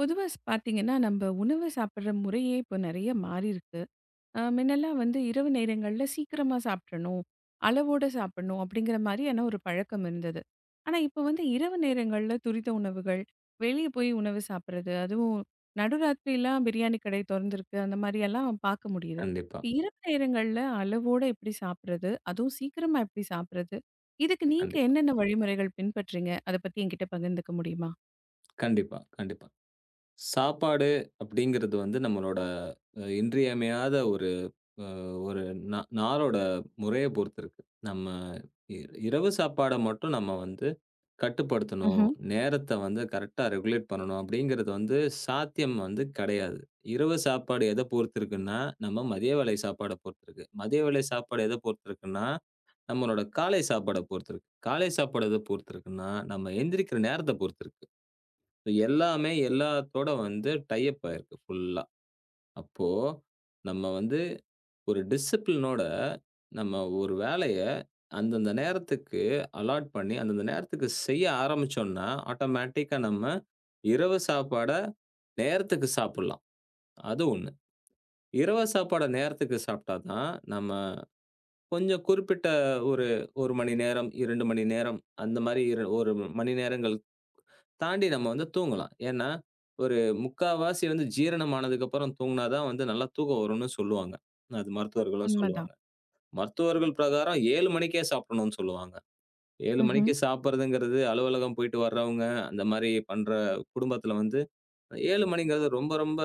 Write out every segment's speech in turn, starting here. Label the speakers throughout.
Speaker 1: பொதுவா பார்த்தீங்கன்னா, நம்ப உணவு சாப்பிடுற முறையே இப்போ நெறைய மாறியிருக்கு. முன்னெல்லாம் வந்து இரவு நேரங்கள்ல சீக்கிரமா சாப்பிட்றணும், அளவோட சாப்பிடணும் அப்படிங்கிற மாரியான ஒரு பழக்கம் இருந்தது. ஆனா, இப்போ வந்து இரவு நேரங்கள்ல துரித உணவுகள், வெளிய போய் உணவு சாப்பிடுறது, அதுவும் நடுராத்திரிலாம் பிரியாணி கடை தொறந்திருக்கு, அந்த மாரியெல்லாம் பார்க்க முடியுது.
Speaker 2: கண்டிப்பா,
Speaker 1: இரவு நேரங்கள்ல அளவோட எப்படி சாப்பிடுறது? அதுவும் சீக்கிரமா எப்படி சாப்பிடுறது? இதுக்கு நீங்க
Speaker 2: கண்டிப்பா,
Speaker 1: என்னென்ன வழிமுறைகள் பின்பற்றீங்க? அத பத்தி என்கிட்ட பகிர்ந்துக்க முடியுமா?
Speaker 2: கண்டிப்பா, கண்டிப்பா. சாப்பாடு அப்படிங்கிறது வந்து நம்மளோட இன்றியமையாத ஒரு அ ஒரு நாளோட முறைய பொறுத்து இருக்கு. நம்ம இ இரவு சாப்பாட மட்டும் நம்ம வந்து கட்டுப்படுத்தணும்.
Speaker 1: ம்ஹ்ம்.
Speaker 2: நேரத்த வந்து கரெக்ட்டா ரெகுலேட் பண்ணணும் அப்படிங்கிறது வந்து சாத்தியம் வந்து கிடையாது. இரவு சாப்பாடு எத பொறுத்து இருக்குன்னா, நம்ம மதிய வேளை சாப்பாட பொறுத்து இருக்கு. மதிய வேளை சாப்பாடு எத பொறுத்து இருக்குன்னா, நம்மளோட காலை சாப்பாட பொறுத்து இருக்கு. காலை சாப்பாடு எத பொறுத்து இருக்குன்னா, நம்ம எந்திரிக்கிற நேரத்த பொறுத்து இருக்கு. எல்லாமே எல்லாத்தோட வந்து டை அப் ஆயிருக்கு ஃபுல்லா. அப்போ நம்ம வந்து ஒரு டிசிப்ளினோட நம்ம ஒரு வேலைய அந்தந்த நேரத்துக்கு அலாட் பண்ணி, அந்தந்த நேரத்துக்கு செய்ய ஆரம்பிச்சோம்னா, ஆட்டோமேட்டிக்கா நம்ம இரவு சாப்பாட நேரத்துக்கு சாப்பிடலாம். அது 1. இரவு சாப்பாட நேரத்துக்கு சாப்பிட்டா தான் நம்ம கொஞ்சம் குறிப்பிட்ட ஒரு 1 மணி நேரம், 2 மணி நேரம் அந்த மாரி இரு 1 மணி நேரங்கள் தாண்டி நம்ம வந்து தூங்கலாம். ஏன்னா, ஒரு 3/4வாசி வந்து ஜீரணம் ஆனதுக்கப்புறம் தூங்குனா தான் வந்து நல்லா தூக்கம் வரும்னு சொல்லுவாங்க. அது மருத்துவர்களும்
Speaker 1: உண்மதான்.
Speaker 2: சொல்லுவாங்க. மருத்துவர்கள் பிரகாரம் 7 மணிக்கே சாப்பிடணும்னு சொல்லுவாங்க. 7 மணிக்கு சாப்பிடுறதுங்கிறது அலுவலகம் போயிட்டு வர்றவங்க, அந்த மாரி பண்ற குடும்பத்தில வந்து 7 மணிங்கிறது ரொம்ப ரொம்ப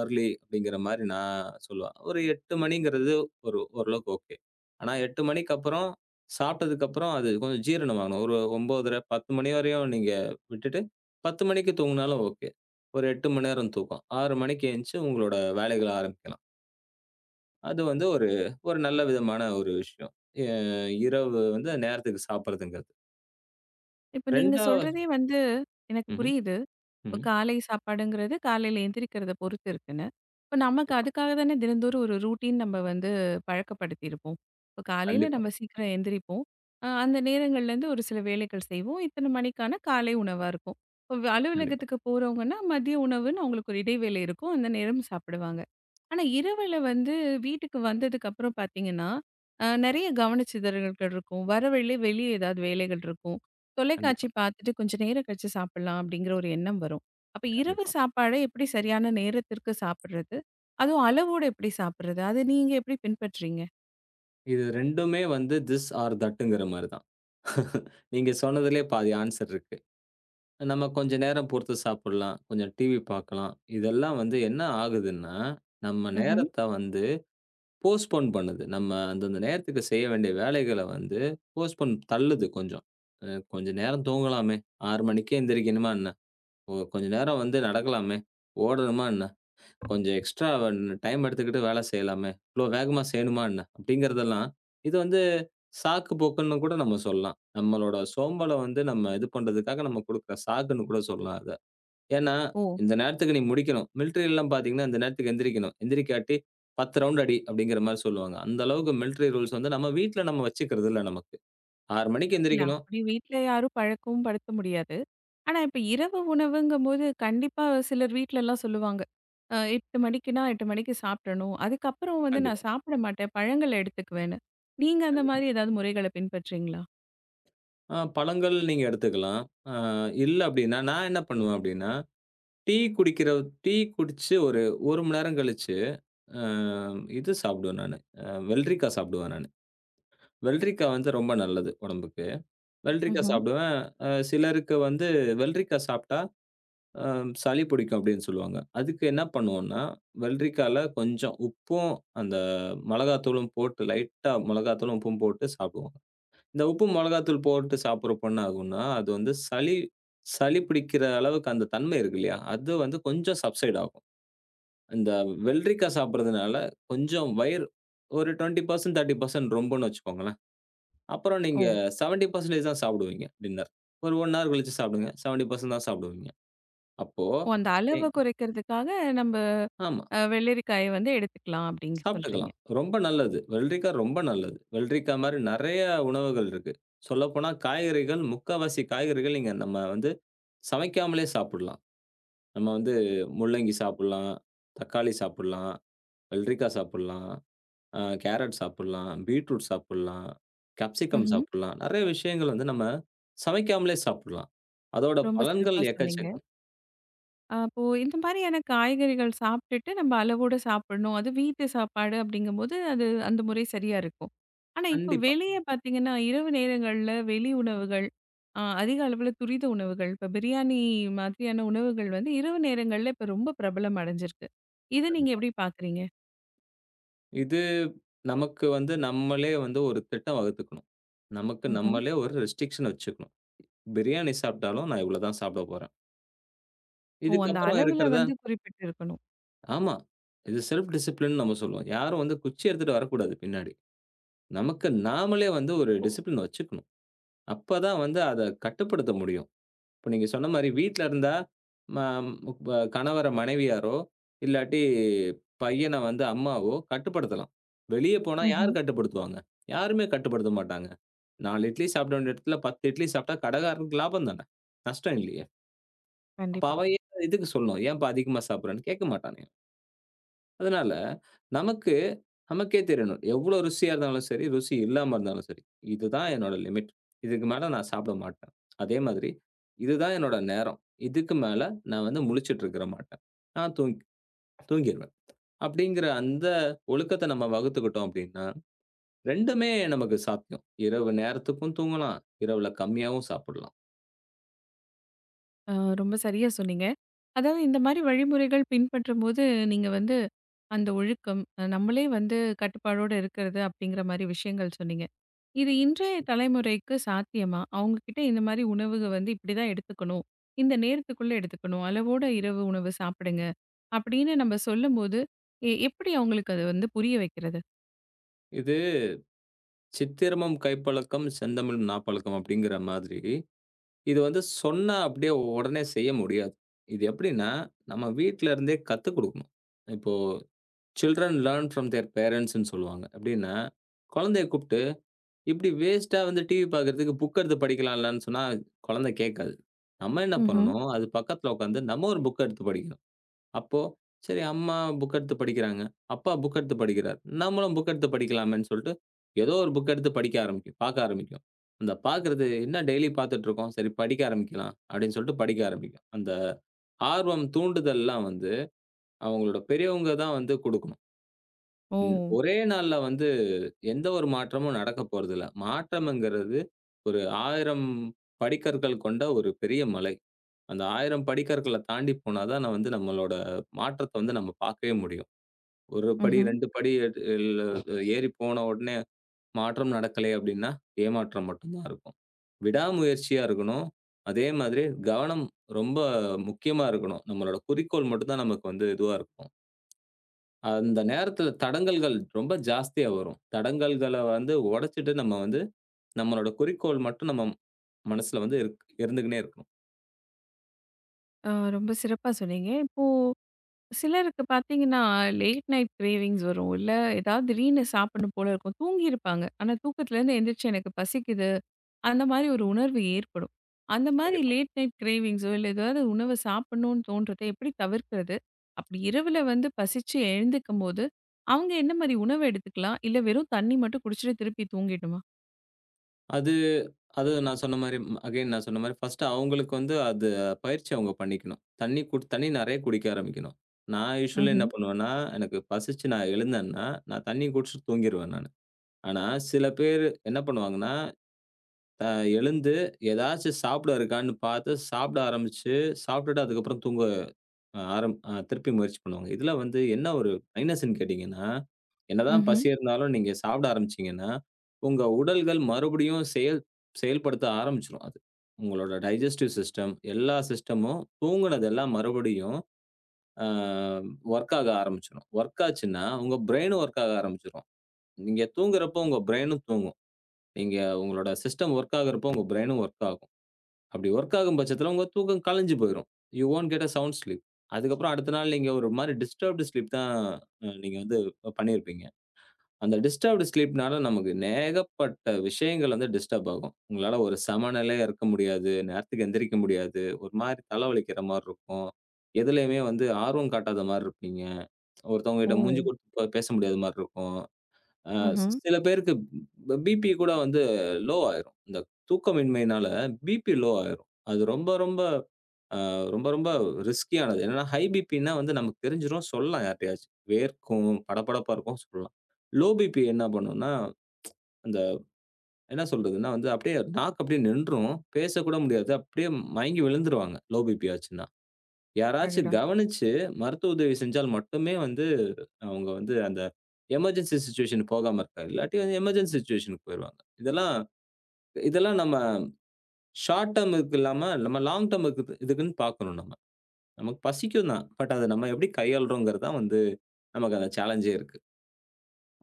Speaker 2: அர்லி அப்படிங்கிற மாரி நான் சொல்லுவேன். ஒரு 8 மணிங்கிறது ஒரு ஓரளவுக்கு ஓகே. ஆனா 8 மணிக்கு அப்புறம் சாப்பிட்டதுக்கப்புறம் அது கொஞ்சம் ஜீரணமாகணும். ஒரு 9:30, 10 மணி வரையும் நீங்க விட்டுட்டு 10 மணிக்கு தூங்குனாலும் ஓகே. ஒரு 8 மணி நேரம் தூக்கம். 6 மணிக்கு எந்திச்சு உங்களோட வேலைகள ஆரம்பிக்கலாம். அது வந்து ஒரு ஒரு நல்ல விதமான ஒரு விஷயம். எ இரவு வந்து நேரத்துக்கு சாப்பிடுறதுங்கிறது.
Speaker 1: இப்ப நீங்க
Speaker 2: 2ஆவ
Speaker 1: சொல்றதே வந்து எனக்கு
Speaker 2: ம்ஹ்ம்,
Speaker 1: புரியுது. இப்ப
Speaker 2: ம்ஹ்ம்.
Speaker 1: காலை சாப்பாடுங்கிறது காலையில எந்திரிக்கிறத பொறுத்து இருக்குன்னு. இப்ப நமக்கு
Speaker 2: கண்டிப்பா,
Speaker 1: அதுக்காக தானே தினந்தோறும் ஒரு ரூட்டீன் நம்ம வந்து பழக்கப்படுத்தியிருப்போம். இப்ப காலையில
Speaker 2: கண்டிப்பா,
Speaker 1: நம்ம சீக்கிரம் எந்திரிப்போம். அந்த நேரங்கள்லேருந்து ஒரு சில வேலைகள் செய்வோம். இத்தனை மணிக்கான காலை உணவா இருக்கும். இப்ப
Speaker 2: கண்டிப்பா,
Speaker 1: அலுவலகத்துக்கு போறவங்கன்னா, மதிய உணவுன்னு அவங்களுக்கு ஒரு இடைவேளை இருக்கும். அந்த நேரம் சாப்பிடுவாங்க. ஆனா, இரவுல வந்து வீட்டுக்கு வந்ததுக்கப்புறம் பார்த்தீங்கன்னா, நெறைய கவனச்சிதறல்கள் இருக்கும். வர வழியிலே வெளிய ஏதாவது வேலைகள் இருக்கும். தொலைக்காட்சி
Speaker 2: கண்டிப்பா,
Speaker 1: பார்த்துட்டு கொஞ்சம் நேரம் கழிச்சு சாப்பிடலாம் அப்படிங்கிற ஒரு எண்ணம் வரும். அப்ப இரவு
Speaker 2: கண்டிப்பா.
Speaker 1: சாப்பாட எப்படி சரியான நேரத்திற்கு சாப்பிடுறது? அதுவும் அளவோட எப்படி சாப்பிடுறது? அது நீங்க எப்படி பின்பற்றீங்க?
Speaker 2: இது 2மே வந்து திஸ் ஆர் தட்ங்கிற மாரி தான். நீங்க சொன்னதிலயே பாதி ஆன்சர் இருக்கு. நம்ம கொஞ்ச நேரம் பொறுத்து சாப்பிடலாம். கொஞ்சம் டிவி பார்க்கலாம். இதெல்லாம் வந்து என்ன ஆகுதுன்னா, நம்ம
Speaker 1: ம்ஹ்ம்.
Speaker 2: நேரத்த வந்து போஸ்ட்போன் பண்ணுது. நம்ம அந்தந்த நேரத்துக்கு செய்ய வேண்டிய வேலைகள வந்து போஸ்ட்போன் தள்ளுது கொஞ்சம். அ கொஞ்ச நேரம் தூங்கலாமே, 6 மணிக்கே எந்திரிக்கணுமா என்ன? கொஞ்ச நேரம் வந்து நடக்கலாமே, ஓடணுமா என்ன? கொஞ்சம் எக்ஸ்ட்ரா டைம் எடுத்துக்கிட்டு வேலை செய்யலாமே! இவ்ளோ வேகமா செய்யணுமா என்ன? அப்டிங்கிறதெல்லாம், இது வந்து சாக்கு போக்குன்னு கூட நம்ம சொல்லலாம். நம்மளோட சோம்பல வந்து நம்ம இது பண்றதுக்காக நம்ம குடுக்குற சாக்குன்னு கூட சொல்லலாம் அத. ஏன்னா,
Speaker 1: ஓ!
Speaker 2: இந்த நேரத்துக்கு நீ முடிக்கணும். மிலிட்டரிலலாம் பார்த்தீங்கன்னா, இந்த நேரத்துக்கு எந்திரிக்கணும். எந்திரிக்காட்டி 10 ரவுண்ட் அடி அப்டிங்கிற மாரி சொல்லுவாங்க. அந்த அளவுக்கு மிலிட்டரி ரூல்ஸ் வந்து நம்ம வீட்ல நம்ம வச்சுக்கிறது இல்ல நமக்கு. 6 மணிக்கு
Speaker 1: இல்ல
Speaker 2: எந்திரிக்கணும்.
Speaker 1: அப்படி வீட்ல யாரும் பழக்கமும் படுத்த முடியாது. ஆனா இப்ப இரவு உணவுங்கும்போது கண்டிப்பா சிலர் வீட்லலாம் சொல்லுவாங்க. 8 மணிக்குன்னா 8 மணிக்கு சாப்பிடணும். அதுக்கப்புறம் வந்து
Speaker 2: கண்டிப்பா,
Speaker 1: நான் சாப்பிட மாட்டேன். பழங்கள் எடுத்துக்குவேன்னு. நீங்க அந்த
Speaker 2: கண்டிப்பா.
Speaker 1: மாதிரி ஏதாவது முறைகள பின்பற்றீங்களா?
Speaker 2: பழங்கள் நீங்க எடுத்துக்கலாம். அ இல்ல அப்டின்னா, நான் என்ன பண்ணுவேன் அப்டின்னா டீ குடிக்கிற டீ குடிச்சு ஒரு 1 மணி நேரம் கழிச்சு, அ இது சாப்பிடுவேன் நானு. வெள்ளரிக்கா சாப்பிடுவேன் நானு. வெள்ளரிக்கா வந்து ரொம்ப நல்லது உடம்புக்கு. வெள்ளரிக்கா
Speaker 1: ம்ஹ்ம்.
Speaker 2: சாப்பிடுவேன். சிலருக்கு வந்து வெள்ளரிக்கா சாப்பிட்டா அ சளி பிடிக்கும் அப்படின்னு சொல்லுவாங்க. அதுக்கு என்ன பண்ணுவோம்னா, வெள்ளரிக்கால கொஞ்சம் உப்பும், அந்த மிளகாத்தூளும் போட்டு லைட்டா மிளகாத்தூளும், உப்பும் போட்டு சாப்பிடுவோம். இந்த உப்பு மிளகாத்தூள் போட்டு சாப்பிடுறப்போ என்ன ஆகும்னா, அது வந்து சளி சளி பிடிக்கிற அளவுக்கு அந்த தன்மை இருக்கு இல்லையா? அது வந்து கொஞ்சம் சப்சைட் ஆகும். இந்த வெள்ளரிக்காய் சாப்பிடுறதுனால கொஞ்சம் வயிறு ஒரு 20% 30% ரொம்பன்னு வச்சுக்கோங்களேன். அப்புறம் நீங்க
Speaker 1: ஓ!
Speaker 2: 70% தான் சாப்பிடுவீங்க டின்னர். ஒரு 1 ஹவர் கழிச்சு சாப்பிடுங்க. 70% தான் சாப்பிடுவீங்க. அப்போ
Speaker 1: ஓ அந்த
Speaker 2: எ
Speaker 1: அளவ குறைக்கிறதுக்காக நம்ப
Speaker 2: ஆமா.
Speaker 1: வெள்ளரிக்காய வந்து எடுத்துக்கலாம் அப்படின்னு சொல்றீங்க.
Speaker 2: சாப்பிட்டுக்கலாம். ரொம்ப நல்லது. வெள்ளரிக்காய் ரொம்ப நல்லது. வெள்ளரிக்காய் மாரி நெறைய உணவுகள் இருக்கு. சொல்லப்போனா காய்கறிகள், முக்காவாசி காய்கறிகள் நீங்க நம்ம வந்து சமைக்காமலே சாப்பிடலாம். நம்ம வந்து முள்ளங்கி சாப்பிடலாம், தக்காளி சாப்பிடலாம், வெள்ளரிக்காய் சாப்பிடலாம். கேரட் சாப்பிடலாம், பீட்ரூட் சாப்பிடலாம், கேப்சிகம்
Speaker 1: ம்ஹ்ம்.
Speaker 2: சாப்பிடலாம். நெறைய விஷயங்கள் வந்து நம்ம சமைக்காமலே சாப்பிடலாம். அதோட
Speaker 1: ரொம்ப
Speaker 2: பலன்கள்
Speaker 1: சிறப்பா சொன்னீங்க.
Speaker 2: எக்கச்சக்கம்.
Speaker 1: அப்போ இந்த மாதிரியான காய்கறிகள் சாப்பிட்டுட்டு நம்ம அளவோட சாப்பிடணும். அது வீட்டு சாப்பாடு அப்படிங்கும்போது அது அந்த முறை சரியா இருக்கும். ஆனா இப்போ
Speaker 2: கண்டிப்பா,
Speaker 1: வெளிய பார்த்தீங்கன்னா, இரவு நேரங்கள்ல வெளி உணவுகள், அதிக அளவுல துரித உணவுகள், இப்போ பிரியாணி மாதிரியான உணவுகள் வந்து இரவு நேரங்கள்ல இப்போ ரொம்ப பிரபலம் அடைஞ்சிருக்கு. இத நீங்க
Speaker 2: கண்டிப்பா.
Speaker 1: எப்படி பார்க்குறீங்க?
Speaker 2: இது நமக்கு வந்து நம்மளே வந்து ஒரு திட்டம் வகுத்துக்கணும். நமக்கு
Speaker 1: ம்ஹ்ம்.
Speaker 2: நம்மளே ஒரு ரெஸ்ட்ரிக்ஷன் வச்சுக்கணும். பிரியாணி சாப்பிட்டாலும் நான் இவ்வளோ தான் சாப்பிட போறேன்.
Speaker 1: ஓ! அந்த
Speaker 2: இதுக்கப்புறம்
Speaker 1: அளவுல
Speaker 2: இருக்கிறத
Speaker 1: வந்து குறிப்பிட்டு இருக்கணும்.
Speaker 2: ஆமா. இது செல்ஃப் டிசிப்ளின் நம்ம சொல்லுவோம். யாரும் வந்து குச்சி எடுத்துட்டு வரக்கூடாது பின்னாடி. நமக்கு நாமளே வந்து ஒரு டிசிப்ளின் வச்சுக்கணும். அப்பதான் வந்து அத கட்டுப்படுத்த முடியும். இப்ப நீங்க சொன்ன மாரி வீட்ல இருந்தா, ம ப கணவர மனைவியாரோ, இல்லாட்டி பையன வந்து அம்மாவோ கட்டுப்படுத்தலாம். வெளிய போனா
Speaker 1: ம்ஹ்ம்.
Speaker 2: யார் கட்டுப்படுத்துவாங்க? யாருமே கட்டுப்படுத்த மாட்டாங்க. 4 இட்லி சாப்பிட வேண்டிய இடத்துல 10 இட்லி சாப்பிட்டா கடைக்காரனுக்கு லாபம் தானே! நஷ்டம் இல்லையே! அப்ப
Speaker 1: கண்டிப்பா.
Speaker 2: அவன் ஏன் இதுக்கு சொல்லணும்? ஏன்பா அதிகமா சாப்பிடுறன்னு கேட்க மாட்டானே! அதனால நமக்கு நமக்கே தெரியணும். எவ்ளோ ருசியா இருந்தாலும் சரி, ருசி இல்லாம இருந்தாலும் சரி, இதுதான் என்னோட லிமிட். இதுக்கு மேல நான் சாப்பிட மாட்டேன். அதே மாதிரி இதுதான் என்னோட நேரம். இதுக்கு மேல நான் வந்து முழிச்சுட்டு இருக்கற மாட்டேன். நான் தூங்கிருவேன். அப்படிங்கிற அந்த ஒழுக்கத்த நம்ம வகுத்துக்கிட்டோம் அப்படின்னா, 2மே நமக்கு சாத்தியம். இரவு நேரத்துக்கும் தூங்கலாம். இரவுல கம்மியாவும் சாப்பிடலாம்.
Speaker 1: ஆ, ரொம்ப சரியா சொன்னீங்க. அதாவது இந்த மாரி வழிமுறைகள் பின்பற்றும்போது, நீங்க வந்து அந்த ஒழுக்கம், நம்மளே வந்து கட்டுப்பாடோட இருக்கிறது அப்படிங்கிற மாரி விஷயங்கள் சொன்னீங்க. இது இன்றைய தலைமுறைக்கு சாத்தியமா? அவங்க கிட்ட இந்த மாரி உணவுக வந்து இப்படிதான் எடுத்துக்கணும். இந்த நேரத்துக்குள்ள எடுத்துக்கணும். அளவோட இரவு உணவு சாப்பிடுங்க. அப்படின்னு நம்ம சொல்லும்போது, எப்படி அவங்களுக்கு அது வந்து புரிய வைக்கிறது?
Speaker 2: இது "சித்திரமும் கைப்பழக்கம், செந்தமிழும் நாப்பழக்கம்" அப்படிங்கிற மாதிரி இது வந்து சொன்னா அப்படியே உடனே செய்ய முடியாது. இது எப்படின்னா, நம்ம வீட்ல இருந்தே கத்துக் குடுக்கணும். இப்போ "சில்ட்ரன் லேர்ன் ஃப்ரம் தியர் பேரண்ட்ஸ்ன்னு" சொல்லுவாங்க. எப்படின்னா, குழந்தைய கூப்பிட்டு, இப்படி வேஸ்ட்டா வந்து டிவி பார்க்கறதுக்கு புக் எடுத்து படிக்கலாம்லன்னு சொன்னா, குழந்தை கேட்காது. நம்ம என்ன
Speaker 1: ம்ஹ்ம்.
Speaker 2: பண்ணணும், அது பக்கத்துல உட்காந்து நம்ம ஒரு புக் எடுத்து படிக்கணும். அப்போ, சரி அம்மா புக் எடுத்து படிக்கிறாங்க. அப்பா புக் எடுத்து படிக்கிறார். நம்மளும் புக் எடுத்து படிக்கலாமேன்னு சொல்ட்டு, ஏதோ ஒரு புக் எடுத்து படிக்க ஆரம்பிக்கும். பாக்க ஆரம்பிக்கும். அந்த பாக்குறது என்ன டெய்லி பாத்துட்டுருக்கோம். சரி படிக்க ஆரம்பிக்கலாம். அப்படின்னு சொல்ட்டு படிக்க ஆரம்பிக்கும். அந்த ஆர்வம் தூண்டுதல்லாம் வந்து, அவங்களோட பெரியவங்க தான் வந்து குடுக்கணும்.
Speaker 1: ஓ!
Speaker 2: ம் ஒரே நாள்ல வந்து எந்த ஒரு மாற்றமும் நடக்க போறதில்ல. மாற்றம்ங்கிறது ஒரு 1000 படிக்கற்கள் கொண்ட ஒரு பெரிய மலை. அந்த 1000 படிக்கற்கள தாண்டி போனா தான் நான் வந்து நம்மளோட மாற்றத்த வந்து நம்ம பார்க்கவே முடியும். 1 படி
Speaker 1: ம்ஹ்ம்.
Speaker 2: 2 படி எடு இல்ல ஏறி போன உடனே மாற்றம் நடக்கலை அப்டின்னா, ஏமாற்றம் மட்டும் தான் இருக்கும். விடாமுயற்சியா இருக்கணும். அதே மாதிரி கவனம் ரொம்ப முக்கியமா இருக்கணும். நம்மளோட குறிக்கோள் மட்டும் தான் நமக்கு வந்து இதுவா இருக்கும். அந்த நேரத்துல தடங்கல்கள் ரொம்ப ஜாஸ்தியா வரும். தடங்கல்கள வந்து உடைச்சுட்டு நம்ம வந்து, நம்மளோட குறிக்கோள் மட்டும் நம்ம மனசுல வந்து இருந்துக்குன்னே இருக்கணும்.
Speaker 1: ஆ, ரொம்ப சிறப்பா சொன்னீங்க. இப்போ சிலருக்கு பார்த்தீங்கன்னா, லேட் நைட் கிரேவிங்ஸ் வரும். இல்ல ஏதாவது திடீர்னு சாப்பிடணும் போல இருக்கும். தூங்கியிருப்பாங்க. ஆனா தூக்கத்துலேருந்து எந்திரிச்சு எனக்கு பசிக்குது. அந்த மாரி ஒரு உணர்வு ஏற்படும். அந்த மாரி
Speaker 2: கண்டிப்பா.
Speaker 1: லேட் நைட் கிரேவிங்ஸோ, இல்ல ஏதாவது உணவ சாப்பிடணும்னு தோன்றத எப்படி தவிர்க்கிறது? அப்படி இரவுல வந்து பசிச்சு எழுந்துக்கும்போது, அவங்க என்ன மாரி உணவு எடுத்துக்கலாம்? இல்ல வெறும் தண்ணி மட்டும் குடிச்சுட்டு திருப்பி தூங்கிடணுமா?
Speaker 2: அது அது நான் சொன்ன மாரி அகைன் நான் சொன்ன மாரி ஃபர்ஸ்ட்டு அவங்களுக்கு வந்து அது பயிற்சி அவங்க பண்ணிக்கணும். தண்ணி நெறைய குடிக்க ஆரம்பிக்கணும். நான் யூசுவலி என்ன
Speaker 1: ம்ஹ்ம்,
Speaker 2: பண்ணுவேன்னா, எனக்கு பசிச்சு நான் எழுந்தேன்னா, நான் தண்ணி குடிச்சுட்டு தூங்கிருவேன் நானு. ஆனா சில பேரு என்ன பண்ணுவாங்கன்னா, அ எழுந்து ஏதாச்சும் சாப்பிட இருக்கான்னு பார்த்து சாப்பிட ஆரம்பிச்சு, சாப்பிட்டுட்டு அதுக்கப்புறம் தூங்க ஆரம் அ திருப்பி முயற்சி பண்ணுவாங்க. இதுல வந்து என்ன ஒரு மைனஸ்ன்னு கேட்டீங்கன்னா, என்னதான்
Speaker 1: ம்ஹ்ம்.
Speaker 2: பசி இருந்தாலும் நீங்க சாப்பிட ஆரம்பிச்சீங்கன்னா, உங்க உடல்கள் மறுபடியும் செயல்படுத்த ஆரம்பிச்சுரும் அது. உங்களோட டைஜஸ்டிவ் சிஸ்டம் எல்லா சிஸ்டமும் தூங்குனதெல்லாம் மறுபடியும் அ ஒர்க் ஆக ஆரம்பிச்சுரும். ஒர்க் ஆச்சுன்னா, உங்க பிரெயினும் ஒர்க் ஆக ஆரம்பிச்சுரும். நீங்க தூங்குறப்போ உங்க பிரெயினும் தூங்கும். நீங்க உங்களோட சிஸ்டம் ஒர்க் ஆகுறப்போ உங்க பிரெயினும் ஒர்க் ஆகும். அப்படி ஒர்க் ஆகும் பட்சத்தில உங்க தூக்கம் கலைஞ்சு போயிரும். You won't get a sound sleep. அதுக்கப்புறம் அடுத்த நாள் நீங்க ஒரு மாரி டிஸ்டர்ப்டு ஸ்லீப் தான் நீங்க வந்து பண்ணியிருப்பீங்க. அந்த டிஸ்டர்ப்டு ஸ்லீப்னால நமக்கு ஏகப்பட்ட விஷயங்கள் வந்து டிஸ்டர்ப் ஆகும். உங்களால ஒரு சமநிலையா இருக்க முடியாது. நேரத்துக்கு எந்திரிக்க முடியாது. ஒரு மாரி தலைவலிக்கிற மாரி இருக்கும். எதுலயுமே வந்து ஆர்வம் காட்டாத மாரி இருப்பீங்க. ஒருத்தவங்ககிட்ட மூஞ்சி
Speaker 1: ஓ!
Speaker 2: குடுத்து பேச முடியாத மாரி இருக்கும். அ
Speaker 1: ம்ஹ்ம்.
Speaker 2: சில பேருக்கு பிபி கூட வந்து லோ ஆயிரும். இந்த தூக்கமின்மையினால பிபி லோ ஆயிரும். அது ரொம்ப ரொம்ப அ ரொம்ப ரொம்ப ரிஸ்கியானது. என்னன்னா ஹை பிபின்னா வந்து நமக்கு தெரிஞ்சிரும் சொல்லலாம் யார்ட்டயாச்சும். வேர்க்கும், படபடப்பா இருக்கும் சொல்லலாம். லோ பிபி என்ன பண்ணும்னா, அந்த என்ன சொல்றதுன்னா வந்து அப்படியே நாக்கு அப்படியே நின்றும். பேசக்கூட முடியாது. அப்படியே மயங்கி விழுந்துருவாங்க. லோ பிபி ஆச்சுன்னா. யாராச்சும்
Speaker 1: அடடா!
Speaker 2: கவனிச்சு மருத்துவ உதவி செஞ்சால் மட்டுமே வந்து அவங்க வந்து அந்த எமர்ஜென்சி சிச்சுவேஷனுக்கு போகாம இருக்காங்க. இல்லாட்டி வந்து எமர்ஜென்சி சிச்சுவேஷனுக்கு போயிருவாங்க. இதெல்லாம் இதெல்லாம் நம்ம ஷார்ட் டெர்ம்க்கு இல்லாம நம்ம லாங் டெர்ம்க்கு இதுக்குன்னு பார்க்கணும் நம்ம. நமக்கு பசிக்கும் தான். பட் அத நம்ம எப்படி கையாளுறோம்ங்கிறது தான் வந்து நமக்கு அந்த சேலஞ்சே இருக்கு.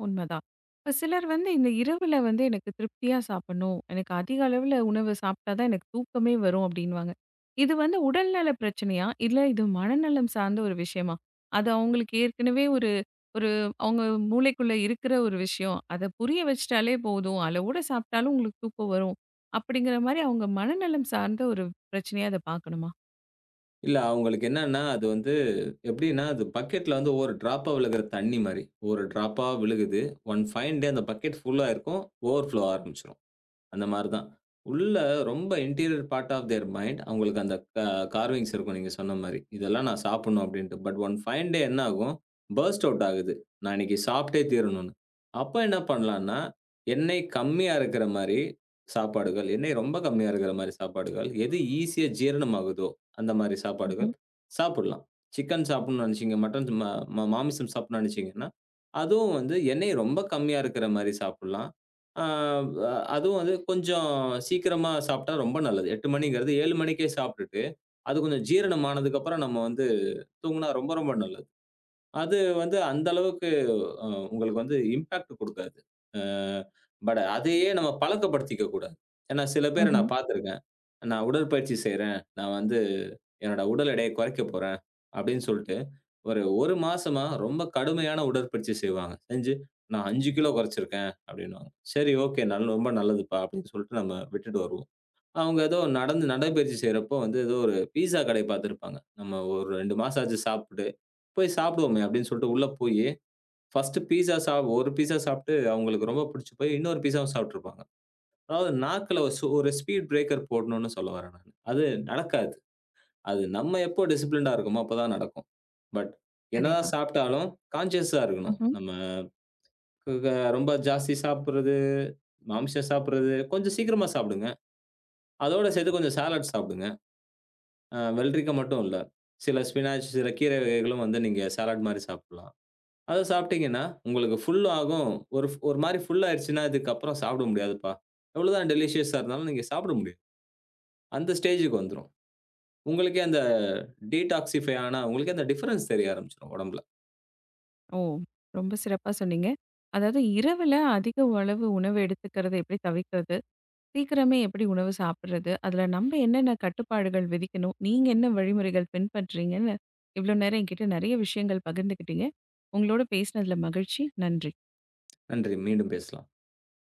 Speaker 1: உண்மதான். இப்ப சிலர் வந்து இந்த இரவுல வந்து எனக்கு திருப்தியா சாப்பிடணும். எனக்கு அதிக அளவுல உணவு சாப்பிட்டா தான் எனக்கு தூக்கமே வரும் அப்படின்னுவாங்க. இது வந்து உடல்நல பிரச்சனையா? இல்ல இது மனநலம் சார்ந்த ஒரு விஷயமா? அது அவங்களுக்கு ஏற்கனவே ஒரு ஒரு அவங்க மூளைக்குள்ள இருக்கிற ஒரு விஷயம். அத புரிய வச்சுட்டாலே போதும். அளவோட சாப்பிட்டாலும் உங்களுக்கு தூக்கம் வரும். அப்படிங்கிற மாரி அவங்க மனநலம் சார்ந்த ஒரு பிரச்சனையா அத பார்க்கணுமா?
Speaker 2: இல்ல அவங்களுக்கு என்னன்னா, அது வந்து எப்படின்னா, அது பக்கெட்ல வந்து ஒவ்வொரு ட்ராப்பா விழுகிற தண்ணி மாரி. ஒரு ட்ராப்பா விழுகுது. ஒன் ஃபைன் டே அந்த பக்கெட் ஃபுல்லா இருக்கும். ஓவர்ஃப்ளோ ஆரம்பிச்சுரும். அந்த மாரி தான். உள்ள ரொம்ப interior part of their mind அவங்களுக்கு அந்த கார்விங்ஸ் இருக்கும் நீங்க சொன்ன மாரி. இதெல்லாம் நான் சாப்பிடணும் அப்டின்ட்டு. பட் ஒன் ஃபைன் டே என்ன ஆகும்? பர்ஸ்ட் அவுட் ஆகுது. நான் இன்னைக்கு சாப்பிட்டே தீரணும்னு. அப்ப என்ன பண்ணலான்னா, எண்ணெய் கம்மியா இருக்கிற மாரி சாப்பாடுகள், எண்ணெய் ரொம்ப கம்மியா இருக்கிற மாரி சாப்பாடுகள், எது ஈஸியா ஜீரணமாகுதோ அந்த மாரி
Speaker 1: ம்ஹ்ம்.
Speaker 2: சாப்பாடுகள் சாப்பிடலாம். சிக்கன் சாப்பிடணும்னு நெனச்சீங்க, மட்டன் ம ம மாமிசம் சாப்பிடணும்னு நெனச்சீங்கன்னா, அதுவும் வந்து எண்ணெய் ரொம்ப கம்மியா இருக்கிற மாரி சாப்பிடலாம். ஆ அ அதுவும் வந்து கொஞ்சம் சீக்கிரமா சாப்பிட்டா ரொம்ப நல்லது. 8 மணிங்கிறது 7 மணிக்கே சாப்பிட்டுட்டு, அது கொஞ்சம் ஜீரணம் ஆனதுக்கப்புறம் நம்ம வந்து தூங்குனா ரொம்ப ரொம்ப நல்லது. அது வந்து அந்த அளவுக்கு அ உங்களுக்கு வந்து இம்பாக்ட் குடுக்காது. அ பட் அதையே நம்ம பழக்கப்படுத்திக்க கூடாது. ஏன்னா சில பேர
Speaker 1: ம்ஹ்ம்.
Speaker 2: நான் பார்த்துருக்கேன். நான் உடற்பயிற்சி செய்றேன். நான் வந்து என்னோட உடல் எடையை குறைக்க போறேன். அப்படின்னு சொல்லிட்டு, ஒரு 1 மாசமா ரொம்ப கடுமையான உடற்பயிற்சி செய்வாங்க. செஞ்சு நான் 5 கிலோ குறைச்சிருக்கேன் அப்படின்னுவாங்க. சரி ஓகே. ரொம்ப நல்லதுப்பா அப்படின்னு சொல்லிட்டு நம்ம விட்டுட்டு வருவோம். அவங்க ஏதோ நடந்து நடைப்பயிற்சி செய்றப்போ வந்து ஏதோ ஒரு பீஸா கடை பார்த்திருப்பாங்க. நம்ம ஒரு 2 மாசம் ஆச்சு சாப்பிட்டு, போய் சாப்பிடுவோமே அப்படின்னு சொல்லிட்டு உள்ள போயி, ஃபர்ஸ்ட்டு பீஸா சாப் ஒரு பீஸா சாப்பிட்டு அவங்களுக்கு ரொம்ப பிடிச்சு போய் இன்னொரு பீஸாவும் சாப்பிட்டுருப்பாங்க. அதாவது நாக்குல ஒரு ஸ்பீட் பிரேக்கர் போடணும்னு சொல்ல வரேன் நானு. அது நடக்காது. அது நம்ம எப்போ டிசிப்ளின்டா இருக்கோமோ அப்பதான் நடக்கும். பட் என்னதான்
Speaker 1: சரிதான்.
Speaker 2: சாப்பிட்டாலும் கான்ஷியஸா இருக்கணும். நம்ம க க- ரொம்ப ஜாஸ்தி சாப்பிடுறது, மாமிசம் சாப்பிடுறது கொஞ்சம் சீக்கிரமா சாப்பிடுங்க. அதோட சேர்த்து கொஞ்சம் சாலட் சாப்பிடுங்க. வெள்ளரிக்கா மட்டும் இல்ல. சில ஸ்பினாச், சில கீரை வகைகளும் வந்து நீங்க சாலட் மாரி சாப்பிடலாம். அத சாப்பிட்டீங்கன்னா உங்களுக்கு ஃபுல் ஆகும். ஒரு ஒரு மாரி ஃபுல் ஆயிருச்சுன்னா, இதுக்கப்புறம் சாப்பிட முடியாதுப்பா. எவ்வளோதான் டெலிஷியஸா இருந்தாலும் நீங்க சாப்பிட முடியாது. அந்த ஸ்டேஜ்க்கு வந்துரும். உங்களுக்கே அந்த டீடாக்ஸிஃபை ஆன உங்களுக்கே அந்த டிஃபரன்ஸ் தெரிய ஆரம்பிச்சுரும் உடம்புல.
Speaker 1: ஓ! ரொம்ப சிறப்பா சொன்னீங்க. அதாவது இரவுல அதிக அளவு உணவு எடுத்துக்கிறத எப்படி தவிர்க்கிறது? சீக்கிரமே எப்படி உணவு சாப்பிடுறது? அதில நம்ப என்னென்ன கட்டுப்பாடுகள் விதிக்கணும்? நீங்க என்ன வழிமுறைகள் பின்பற்றீங்கன்னு, இவ்வளோ நேரம் என்கிட்ட நெறைய விஷயங்கள் பகிர்ந்துக்கிட்டீங்க. உங்களோட பேசினதில மகிழ்ச்சி. நன்றி.
Speaker 2: நன்றி. மீண்டும் பேசலாம்.